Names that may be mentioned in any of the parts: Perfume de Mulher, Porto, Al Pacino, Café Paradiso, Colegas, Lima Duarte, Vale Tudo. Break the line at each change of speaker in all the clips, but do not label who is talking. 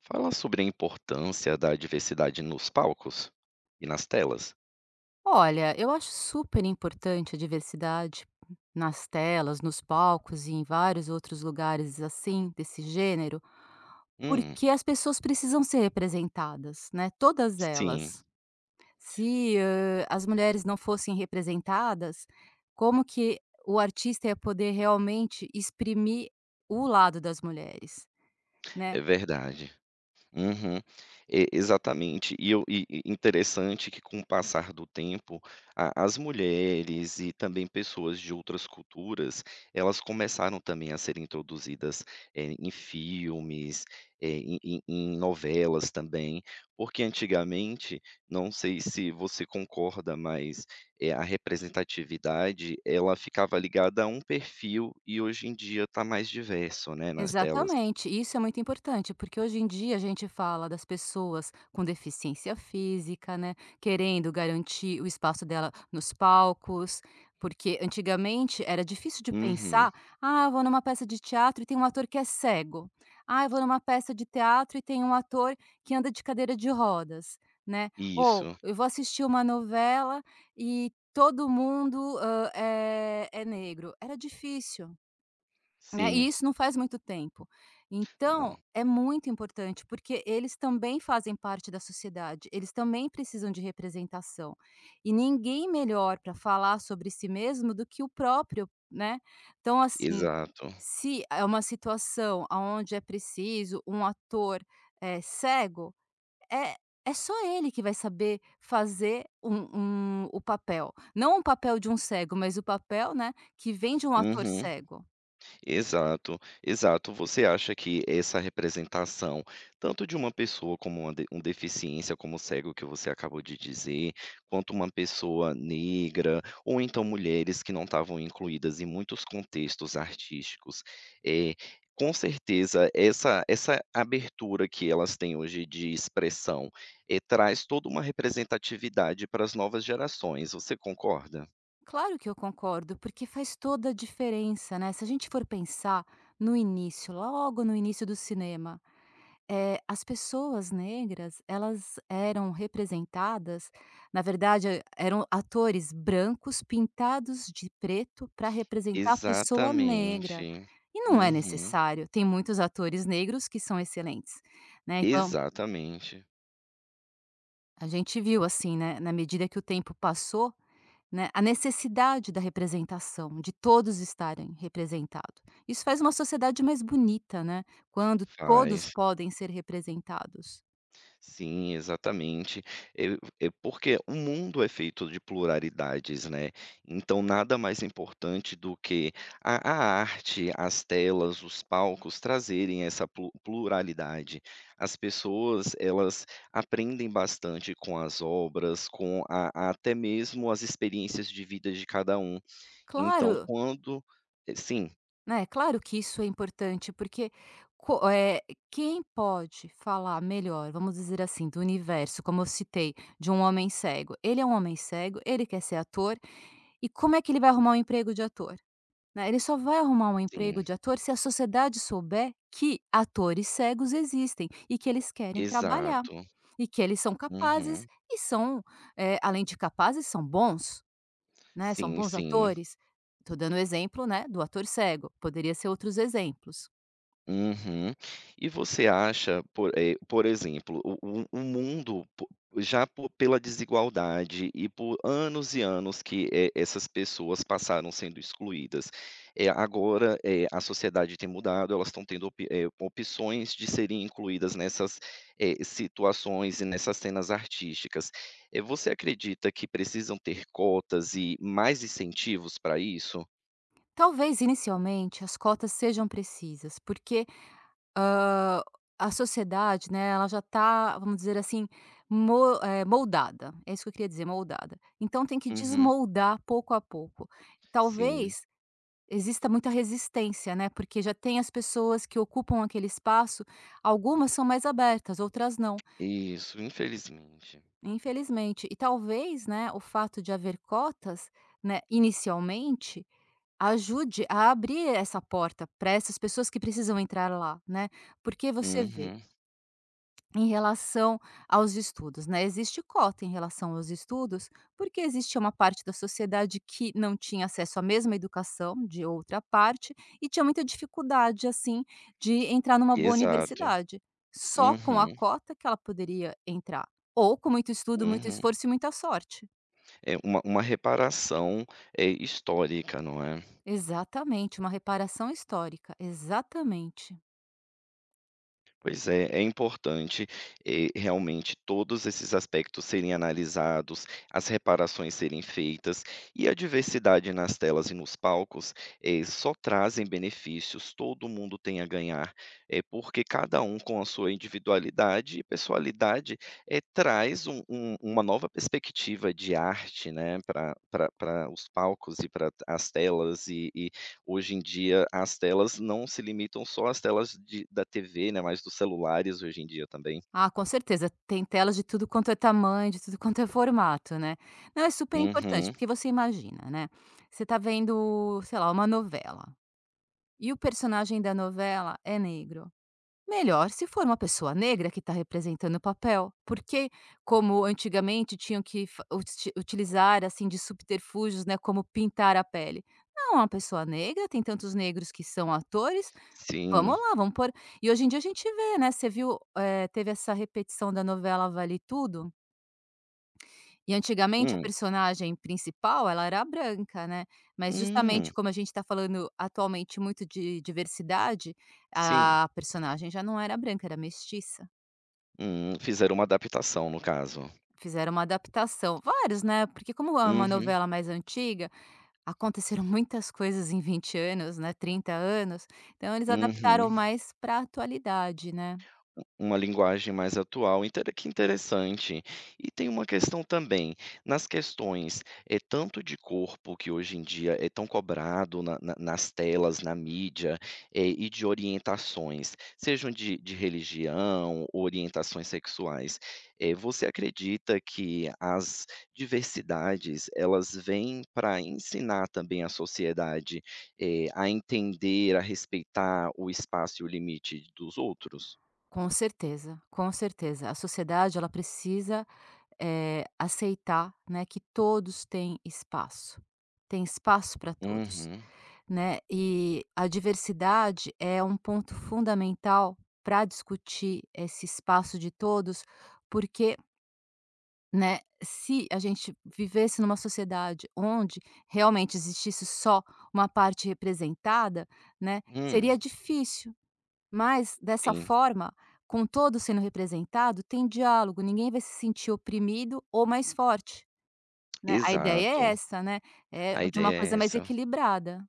Fala sobre a importância da diversidade nos palcos e nas telas.
Olha, eu acho super importante a diversidade nas telas, nos palcos e em vários outros lugares assim, desse gênero,
Hum,
porque as pessoas precisam ser representadas, né? Todas
sim,
elas. Se as mulheres não fossem representadas, como que o artista ia poder realmente exprimir o lado das mulheres, né?
é verdade. Uhum. E exatamente. E eu interessante que com o passar do tempo, a as mulheres e também pessoas de outras culturas, elas começaram também a ser introduzidas, em filmes, em em novelas também, porque antigamente, não sei se você concorda, mas, a representatividade, ela ficava ligada a um perfil e hoje em dia está mais diverso, né, nas telas.
Exatamente, isso é muito importante, porque hoje em dia a gente fala das pessoas com deficiência física, né, querendo garantir o espaço dela nos palcos, porque antigamente era difícil de
Uhum.
pensar: "Ah, eu vou numa peça de teatro e tem um ator que é cego. Ah, eu vou numa peça de teatro e tem um ator que anda de cadeira de rodas", né. Ou
Isso.
eu vou assistir uma novela e todo mundo, é negro. Era difícil. Né,
Sim.
e isso não faz muito tempo.
Não,
Então, é muito importante, porque eles também fazem parte da sociedade, eles também precisam de representação. E ninguém melhor para falar sobre si mesmo do que o próprio, né? Então, assim,
exato.
se é uma situação aonde é preciso um ator cego, é, é só ele que vai saber fazer o papel. Não o papel de um cego, mas o papel né, que vem de um ator
Uhum,
cego.
exato, exato. Você acha que essa representação, tanto de uma pessoa como uma de um deficiência, como o cego que você acabou de dizer, quanto uma pessoa negra, ou então mulheres que não estavam incluídas em muitos contextos artísticos, eh, com certeza essa abertura que elas têm hoje de expressão, traz toda uma representatividade para as novas gerações, você concorda?
Claro que eu concordo, porque faz toda a diferença, né? Se a gente for pensar no início, logo no início do cinema, as pessoas negras, elas eram representadas, na verdade, eram atores brancos pintados de preto para representar a pessoa negra.
Exatamente.
E não é
Uhum.
necessário, tem muitos atores negros que são excelentes, né? Então,
Exatamente.
a gente viu assim, né, na medida que o tempo passou, né, a necessidade da representação, de todos estarem representados. Isso faz uma sociedade mais bonita, né, quando todos
Faz.
podem ser representados.
Sim, exatamente. Eu é porque o mundo é feito de pluralidades, né, então nada mais importante do que a arte, as telas, os palcos trazerem essa pluralidade. As pessoas, elas aprendem bastante com as obras, com a até mesmo as experiências de vida de cada um. Então
Claro,
quando sim,
né, claro que isso é importante, porque co eh, quem pode falar melhor, vamos dizer assim, do universo, como eu citei, de um homem cego? Ele é um homem cego, ele quer ser ator, e como é que ele vai arrumar um emprego de ator? Né, ele só vai arrumar um emprego
sim.
de ator se a sociedade souber que atores cegos existem e que eles querem trabalhar,
Exato.
e que eles são capazes
Uhum.
e são, além de capazes, são bons, né, são
Sim,
bons
sim.
atores. Estou dando o exemplo, né, do ator cego, poderia ser outros exemplos.
Uhum. E você acha, por por exemplo, o mundo po já po pela desigualdade e por anos e anos que, essas pessoas passaram sendo excluídas, agora, a sociedade tem mudado, elas estão tendo opções de serem incluídas nessas, situações e nessas cenas artísticas. Você acredita que precisam ter cotas e mais incentivos para isso?
Talvez inicialmente as cotas sejam precisas, porque Hã, a sociedade, né, ela já está, vamos dizer assim, moldada, é isso que eu queria dizer, moldada. Então tem que
Uhum.
desmoldar pouco a pouco.
Sim,
Talvez exista muita resistência, né, porque já tem as pessoas que ocupam aquele espaço, algumas são mais abertas, outras não,
isso, infelizmente.
infelizmente. E talvez, né, o fato de haver cotas, né, inicialmente, ajude a abrir essa porta para essas pessoas que precisam entrar lá, né. Porque você vê
Uhum,
em relação aos estudos, né, existe cota em relação aos estudos, porque existia uma parte da sociedade que não tinha acesso à mesma educação de outra parte e tinha muita dificuldade, assim, de entrar numa boa
exato.
universidade. Só com a
Uhum,
cota que ela poderia entrar, ou com muito estudo, muito
uhum.
esforço e muita sorte.
É uma reparação, histórica, não é?
Exatamente, uma reparação histórica, exatamente.
Pois é, é importante, realmente todos esses aspectos serem analisados, as reparações serem feitas e a diversidade nas telas e nos palcos, só trazem benefícios, todo mundo tem a ganhar, porque cada um com a sua individualidade e pessoalidade, traz um uma nova perspectiva de arte, né, para pra os palcos e para as telas e hoje em dia, as telas não se limitam só às telas de da TV, né, mas dos celulares hoje em dia também.
Ah, com certeza. Tem telas de tudo quanto é tamanho, de tudo quanto é formato, né. Não, é super importante,
Uhum.
porque você imagina, né, você tá vendo, sei lá, uma novela, e o personagem da novela é negro. Melhor se for uma pessoa negra que está representando o papel, porque como antigamente tinham que fa uti utilizar, assim, de subterfúgios, né, como pintar a pele. Não, uma pessoa negra, tem tantos negros que são atores.
Sim.
Vamos lá, vamos pôr. E hoje em dia a gente vê, né, você viu, teve essa repetição da novela Vale Tudo, e antigamente a
Hum.
personagem principal ela era branca, né, mas
Hum.
justamente como a gente está falando atualmente muito de diversidade,
Sim.
a personagem já não era branca, era mestiça.
Hum. Fizeram uma adaptação, no caso.
Fizeram uma adaptação, vários, né, porque como é uma
Uhum.
novela mais antiga, aconteceram muitas coisas em 20 anos, né, 30 anos, então eles adaptaram
Uhum.
mais para a atualidade, né.
Uma linguagem mais atual, interessante. E tem uma questão também, nas questões, tanto de corpo que hoje em dia é tão cobrado na na nas telas, na mídia, e de orientações, sejam de religião, orientações sexuais. Você acredita que as diversidades, elas vêm para ensinar também a sociedade, a entender, a respeitar o espaço e o limite dos outros?
Com certeza, com certeza. A sociedade ela precisa, aceitar, né, que todos têm espaço. Tem espaço para todos,
Uhum.
né. E a diversidade é um ponto fundamental para discutir esse espaço de todos, porque, né, se a gente vivesse numa sociedade onde realmente existisse só uma parte representada, né,
Hum,
seria difícil, mas, dessa
sim,
forma, com todos sendo representado, tem diálogo, ninguém vai se sentir oprimido ou mais forte, né. A ideia é
exato.
essa, né, é
A
de
ideia
uma
é
coisa mais
essa.
equilibrada.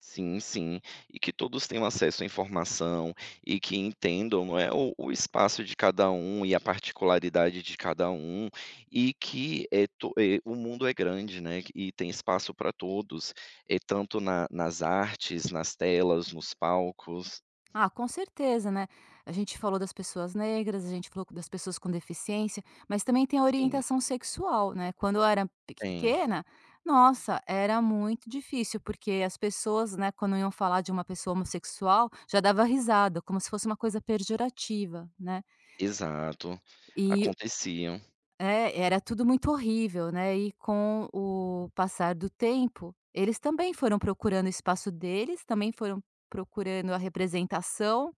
Sim, sim. E que todos tenham acesso à informação e que entendam, não é, o espaço de cada um e a particularidade de cada um, e que, o mundo é grande, né, e tem espaço para todos, tanto na nas artes, nas telas, nos palcos.
Ah, com certeza, né. A gente falou das pessoas negras, a gente falou das pessoas com deficiência, mas também tem a
Sim,
orientação sexual, né. Quando eu era
tem.
pequena, nossa, era muito difícil, porque as pessoas, né, quando iam falar de uma pessoa homossexual, já dava risada, como se fosse uma coisa pejorativa, né.
Exato.
E
Aconteciam.
é, era tudo muito horrível, né, e com o passar do tempo, eles também foram procurando o espaço deles, também foram procurando a representação,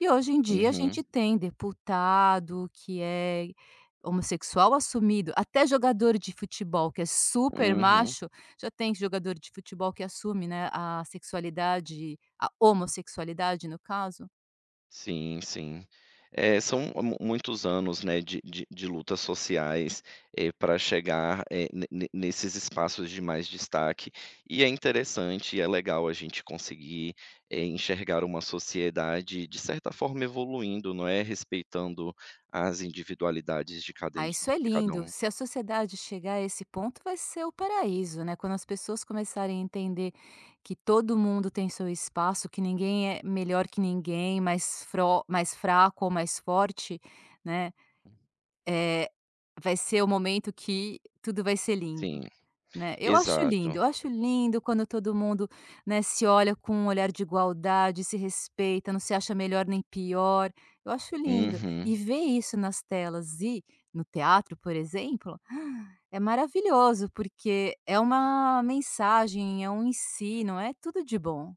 e hoje em dia a
Uhum,
gente tem deputado que é homossexual assumido, até jogador de futebol que é super
uhum.
macho, já tem jogador de futebol que assume, né, a sexualidade, a homossexualidade no caso.
Sim, sim. São mu muitos anos, né, de lutas sociais, para chegar, ne ne nesses espaços de mais destaque. E é interessante e é legal a gente conseguir, enxergar uma sociedade, de certa forma, evoluindo, não é, respeitando as individualidades de cada
Ah,
indi
isso é
de cada
lindo.
um.
Se a sociedade chegar a esse ponto, vai ser o paraíso, né? Quando as pessoas começarem a entender que todo mundo tem seu espaço, que ninguém é melhor que ninguém, mais, fro mais fraco ou mais forte, né? É, vai ser o momento que tudo vai ser lindo.
Sim,
Né,
exato.
eu acho lindo quando todo mundo, né, se olha com um olhar de igualdade, se respeita, não se acha melhor nem pior, eu acho lindo.
Uhum.
E ver isso nas telas e no teatro, por exemplo, é maravilhoso, porque é uma mensagem, é um ensino, é tudo de bom.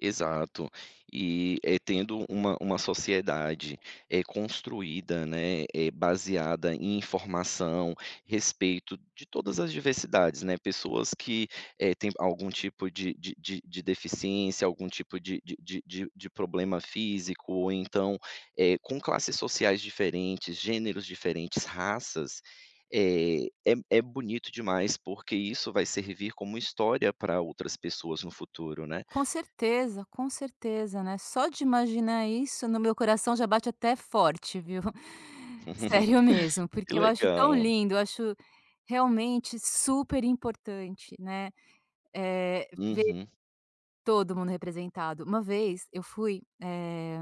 Exato. E, tendo uma sociedade, é construída, né, é baseada em informação, respeito de todas as diversidades, né, pessoas que, têm algum tipo de deficiência, algum tipo de problema físico, ou então, com classes sociais diferentes, gêneros diferentes, raças, é é bonito demais, porque isso vai servir como história para outras pessoas no futuro, né.
Com certeza, né. Só de imaginar isso no meu coração já bate até forte, viu. Sério mesmo,
Que
porque eu acho tão
legal.
lindo, eu acho realmente super importante, né, ver
Uhum.
todo mundo representado. Uma vez eu fui,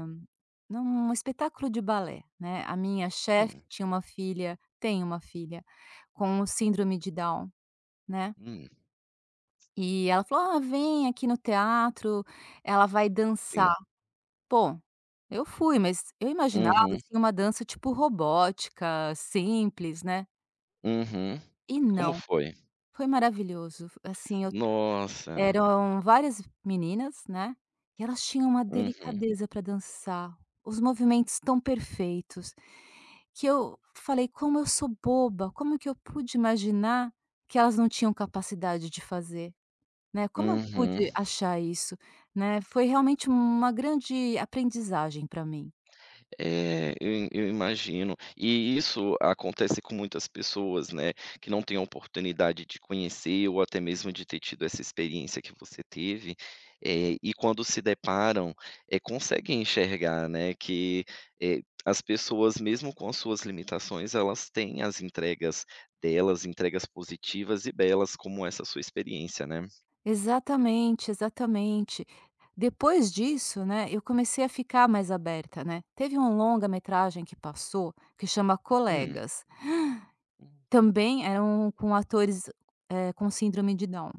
num espetáculo de balé, né, a minha chefe
Hum,
tinha uma filha tem uma filha com síndrome de Down, né,
hum,
e ela falou: "Ah, vem aqui no teatro, ela vai
sim.
dançar". Bom, eu fui, mas eu imaginava,
Uhum,
assim, uma dança tipo robótica, simples, né,
uhum.
e
Como
não,
foi?
foi maravilhoso, assim, eu
Nossa.
eram várias meninas, né, e elas tinham uma
Uhum,
delicadeza para dançar, os movimentos tão perfeitos, que eu falei: "Como eu sou boba, como que eu pude imaginar que elas não tinham capacidade de fazer, né, como eu
uhum.
pude achar isso?", né, foi realmente uma grande aprendizagem para mim.
É, eu imagino. E isso acontece com muitas pessoas, né, que não têm a oportunidade de conhecer ou até mesmo de ter tido essa experiência que você teve, e quando se deparam, conseguem enxergar, né, que, as pessoas mesmo com as suas limitações, elas têm as entregas delas, entregas positivas e belas, como essa sua experiência, né.
Exatamente, exatamente. Depois disso, né, eu comecei a ficar mais aberta, né. Teve um longa-metragem que passou, que chama
Hum.
Colegas, também eram com atores, com síndrome de Down.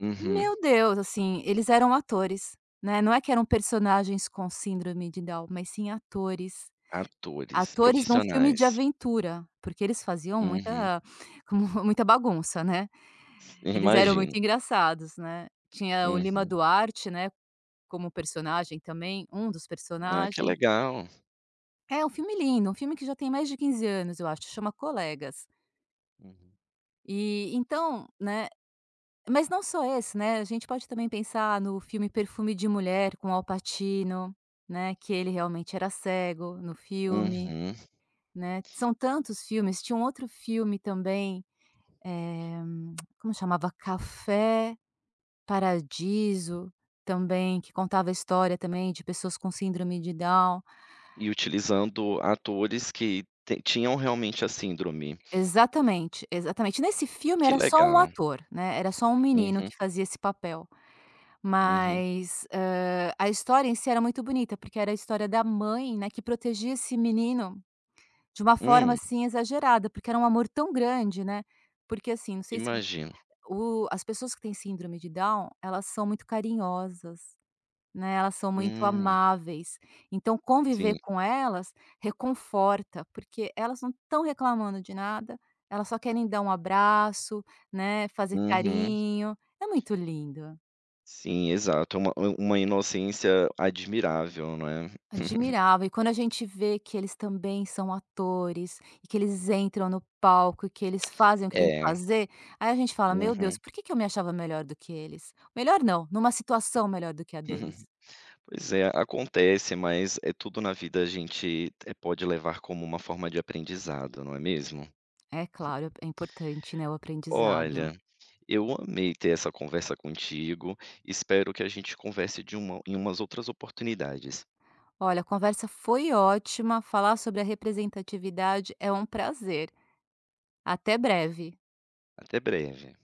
Uhum.
Meu Deus, assim, eles eram atores, né, não é que eram personagens com síndrome de Down, mas sim atores.
Atores,
Atores num filme de
profissionais.
aventura, porque eles faziam
Uhum.
muita, como muita bagunça, né. Eles eram
Imagino.
muito engraçados, né. Tinha o Lima
Uhum.
Duarte, né, como personagem também, um dos
Ah, que
personagens.
legal.
É um filme lindo, um filme que já tem mais de 15 anos, eu acho, chama Colegas.
Uhum.
E então, né, mas não só esse, né, a gente pode também pensar no filme Perfume de Mulher com Al Pacino, né, que ele realmente era cego no filme,
Uhum.
né. São tantos filmes, tinha um outro filme também, eh, como chamava? Café Paradiso também, que contava a história também de pessoas com síndrome de Down.
E utilizando atores que te tinham realmente a síndrome.
Exatamente, exatamente. Nesse filme
Que
era só um
legal.
ator, né, era só um menino
Uhum,
que fazia esse papel,
uhum.
mas, a história em si era muito bonita, porque era a história da mãe, né, que protegia esse menino de uma forma,
Hum,
assim, exagerada, porque era um amor tão grande, né, porque, assim, não sei se
imagino.
o as pessoas que têm síndrome de Down, elas são muito carinhosas. Né, elas são muito
Hum,
amáveis, então conviver
sim.
com elas reconforta, porque elas não estão reclamando de nada, elas só querem dar um abraço, né, fazer
Uhum.
carinho, é muito lindo,
Sim, exato. É uma inocência admirável, não é?
admirável. E quando a gente vê que eles também são atores, e que eles entram no palco e que eles fazem o que tem que
É.
fazer, aí a gente fala: "Meu
Uhum.
Deus, por que que eu me achava melhor do que eles?". Melhor não, numa situação melhor do que a deles.
Pois é, acontece, mas é tudo na vida a gente, pode levar como uma forma de aprendizado, não é mesmo?
É claro, é importante, né, o aprendizado.
Olha, eu amei ter essa conversa contigo. Espero que a gente converse de uma em umas outras oportunidades.
Olha, a conversa foi ótima. Falar sobre a representatividade é um prazer. Até breve.
Até breve.